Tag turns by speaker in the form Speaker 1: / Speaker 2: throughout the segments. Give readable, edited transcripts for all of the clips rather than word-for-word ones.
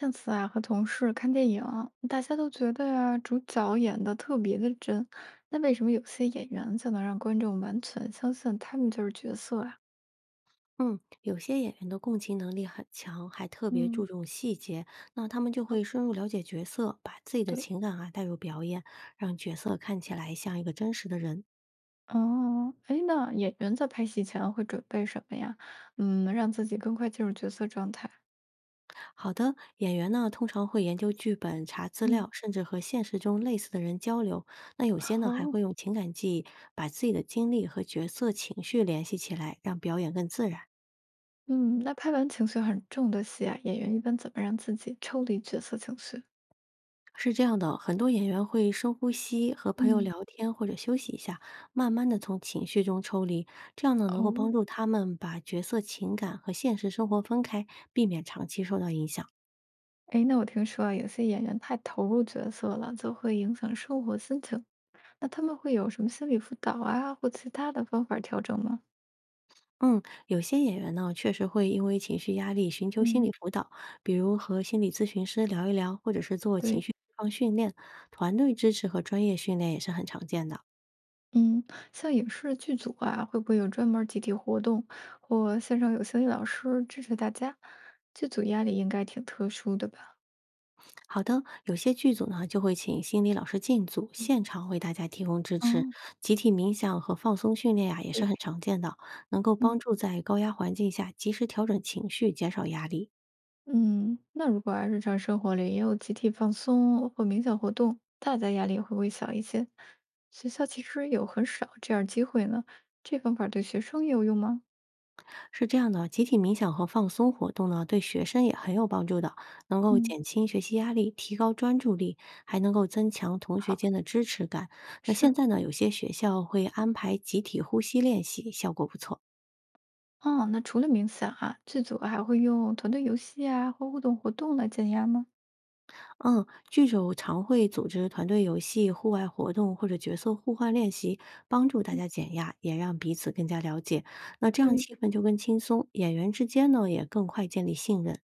Speaker 1: 上次啊，和同事看电影，大家都觉得呀、主角演的特别的真。那为什么有些演员就能让观众完全相信他们就是角色啊？
Speaker 2: 嗯，有些演员的共情能力很强，还特别注
Speaker 1: 嗯。
Speaker 2: 重细节，那他们就会 深入了解角色，把自己的
Speaker 1: 对。
Speaker 2: 情感啊带入表演，让角色看起来像一个真实的人。
Speaker 1: 哦，哎，那演员在拍戏前会准备什么呀？嗯，让自己更快进入角色状态。
Speaker 2: 好的演员呢，通常会研究剧本、查资料，
Speaker 1: 嗯。
Speaker 2: 甚至和现实中类似的人交流。那有些呢，还
Speaker 1: 好。
Speaker 2: 会用情感记忆，把自己的经历和角色情绪联系起来，让表演更自然。
Speaker 1: 嗯，那拍完情绪很重的戏啊，演员一般怎么让自己抽离角色情绪？
Speaker 2: 是这样的，很多演员会深呼吸，和朋友
Speaker 1: 嗯。
Speaker 2: 聊天或者休息一下，慢慢的从情绪中抽离，这样呢能够帮
Speaker 1: 哦。
Speaker 2: 助他们把角色情感和现实生活分开，避免长期受到影响。
Speaker 1: 诶，那我听说啊，有些演员太投入角色了，就会影响生活心情。那他们会有什么心理辅导啊，或其他的方法调整吗？
Speaker 2: 嗯，有些演员呢确实会因为情绪压力寻求心理
Speaker 1: 嗯。
Speaker 2: 辅导，比如和心理咨询师聊一聊，或者是做情
Speaker 1: 对。
Speaker 2: 绪释放训练，团队支持和专业训练也是很常见的。
Speaker 1: 嗯，像影视剧组啊，会不会有专门儿集体活动，或线上有心理老师支持大家？剧组压力应该挺特殊的吧？
Speaker 2: 好的，有些剧组呢就会请心理老师进组，
Speaker 1: 嗯。
Speaker 2: 现场为大家提供支持。
Speaker 1: 哦。
Speaker 2: 集体冥想和放松训练呀、也是
Speaker 1: 对。
Speaker 2: 很常见的，能够帮
Speaker 1: 嗯。
Speaker 2: 助在高压环境下及时调整情绪，减少压力。
Speaker 1: 嗯，那如果啊，日常生活里也有集体放松或冥想活动，大家压力会不会小一些？学校其实有很少这样机会呢，这方法对学生也有用吗？
Speaker 2: 是这样的，集体冥想和放松活动呢，对学生也很有帮助的，能够
Speaker 1: 嗯。
Speaker 2: 减轻学习压力，提高专注力，还能够增强同学
Speaker 1: 好。
Speaker 2: 间的支持感。那现
Speaker 1: 是。
Speaker 2: 在呢，有些学校会安排集体呼吸练习，效果不错。
Speaker 1: 哦，那除了冥想啊，剧组啊还会用团队游戏啊或互动活动来减压吗？
Speaker 2: 嗯，剧组常会组织团队游戏、户外活动或者角色互换练习，帮助大
Speaker 1: 嗯。
Speaker 2: 家减压，也让彼此更加了解。那这样
Speaker 1: 对，
Speaker 2: 气氛就更轻松，演员之间呢也更快建立信任。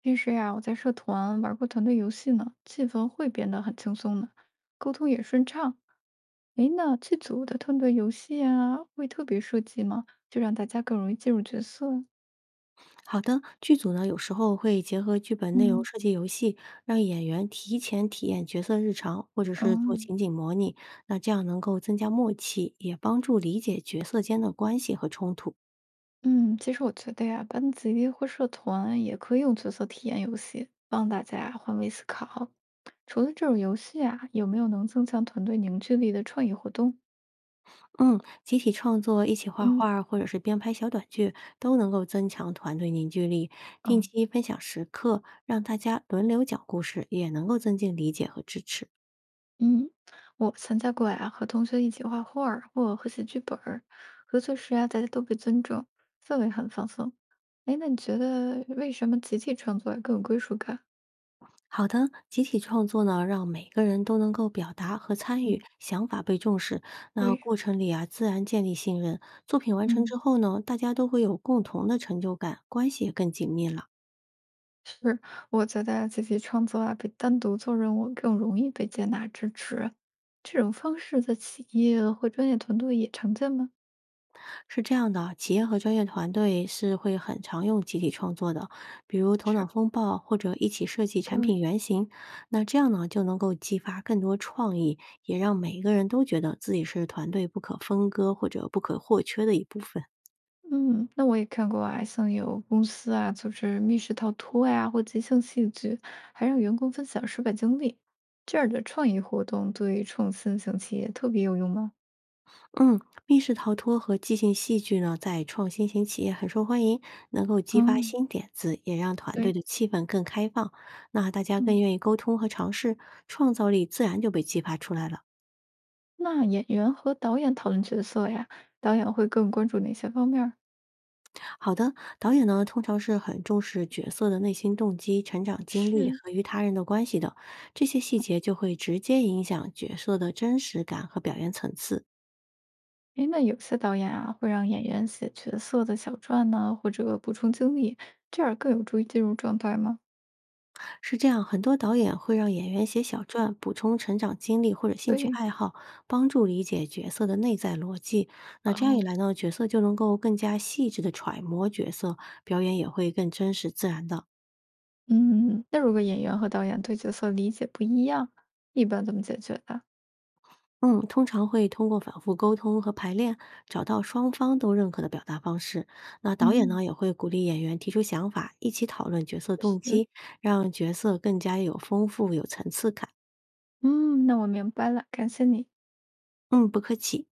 Speaker 1: 平时呀，我在社团玩过团队游戏呢，气氛会变得很轻松的，沟通也顺畅。诶，那这组的团队游戏啊，会特别设计吗？就让大家更容易进入角色？
Speaker 2: 好的，剧组呢有时候会结合剧本内容
Speaker 1: 嗯。
Speaker 2: 设计游戏，让演员提前体验角色日常，或者是做
Speaker 1: 嗯
Speaker 2: 情景模拟。那这样能够增加默契，也帮助理解角色间的关系和冲突。
Speaker 1: 嗯，其实我觉得呀，班级或社团也可以用角色体验游戏，帮大家换位思考。除了这种游戏啊，有没有能增强团队凝聚力的创意活动？
Speaker 2: 嗯，集体创作、一起画
Speaker 1: 嗯。
Speaker 2: 画或者是编排小短剧，都能够增强团队凝聚力。定
Speaker 1: 哦。
Speaker 2: 期分享时刻，让大家轮流讲故事，也能够增进理解和支持。
Speaker 1: 嗯，我参加过呀，和同学一起画画儿或和写剧本儿，合作时啊，大家都被尊重，氛围很放松。哎，那你觉得为什么集体创作啊更有归属感？
Speaker 2: 好的，集体创作呢，让每个人都能够表达和参与，
Speaker 1: 嗯。
Speaker 2: 想法被重视。那
Speaker 1: 对。
Speaker 2: 过程里啊，自然建立信任。作品完成
Speaker 1: 嗯。
Speaker 2: 之后呢，大家都会有共同的成就感，关系也更紧密了。
Speaker 1: 是，我觉得集体创作啊，比单独做任务更容易被接纳支持。这种方式在企业或专业团队也常见吗？
Speaker 2: 是这样的，企业和专业团队是会很常用集体创作的，比如头脑
Speaker 1: 是。
Speaker 2: 风暴或者一起设计产品
Speaker 1: 对。
Speaker 2: 原型。那这样呢，就能够激发更多创意，也让每一个人都觉得自己是团队不可分割或者不可或缺的一部分。
Speaker 1: 嗯，那我也看过啊，像有公司啊组织密室逃脱呀，或即兴戏剧，还让员工分享失败经历，这样的创意活动对创新型企业特别有用吗？
Speaker 2: 嗯，密室逃脱和即兴戏剧呢，在创新型企业很受欢迎，能够激发
Speaker 1: 哦。
Speaker 2: 新点子，也让团队
Speaker 1: 对。
Speaker 2: 的气氛更开放。那大家更
Speaker 1: 嗯，
Speaker 2: 愿意沟通和尝试，创造力自然就被激发出来了。
Speaker 1: 那演员和导演讨论角色呀，导演会更关注哪些方面儿？
Speaker 2: 好的，导演呢通常是很重视角色的内心动机、成长经历
Speaker 1: 是。
Speaker 2: 和与他人的关系的，这些细节就会直接影响角色的真实感和表演层次。
Speaker 1: 诶，那有些导演啊会让演员写角色的小传呢、或者补充经历，这样更有助于进入状态吗？
Speaker 2: 是这样，很多导演会让演员写小传，补充成长经历或者兴趣
Speaker 1: 对。
Speaker 2: 爱好，帮助理解角色的内在逻辑。那这样一
Speaker 1: 哦。
Speaker 2: 来呢，角色就能够更加细致的揣摩角色，表演也会更真实自然的。
Speaker 1: 嗯，那如果演员和导演对角色理解不一样，一般怎么解决的？
Speaker 2: 嗯，通常会通过反复沟通和排练，找到双方都认可的表达方式。那导演
Speaker 1: 嗯。
Speaker 2: 呢，也会鼓励演员提出想法，一起讨论角色动
Speaker 1: 是。
Speaker 2: 机，让角色更加有丰富、有层次感。
Speaker 1: 嗯，那我明白了，感谢你。
Speaker 2: 嗯，不客气。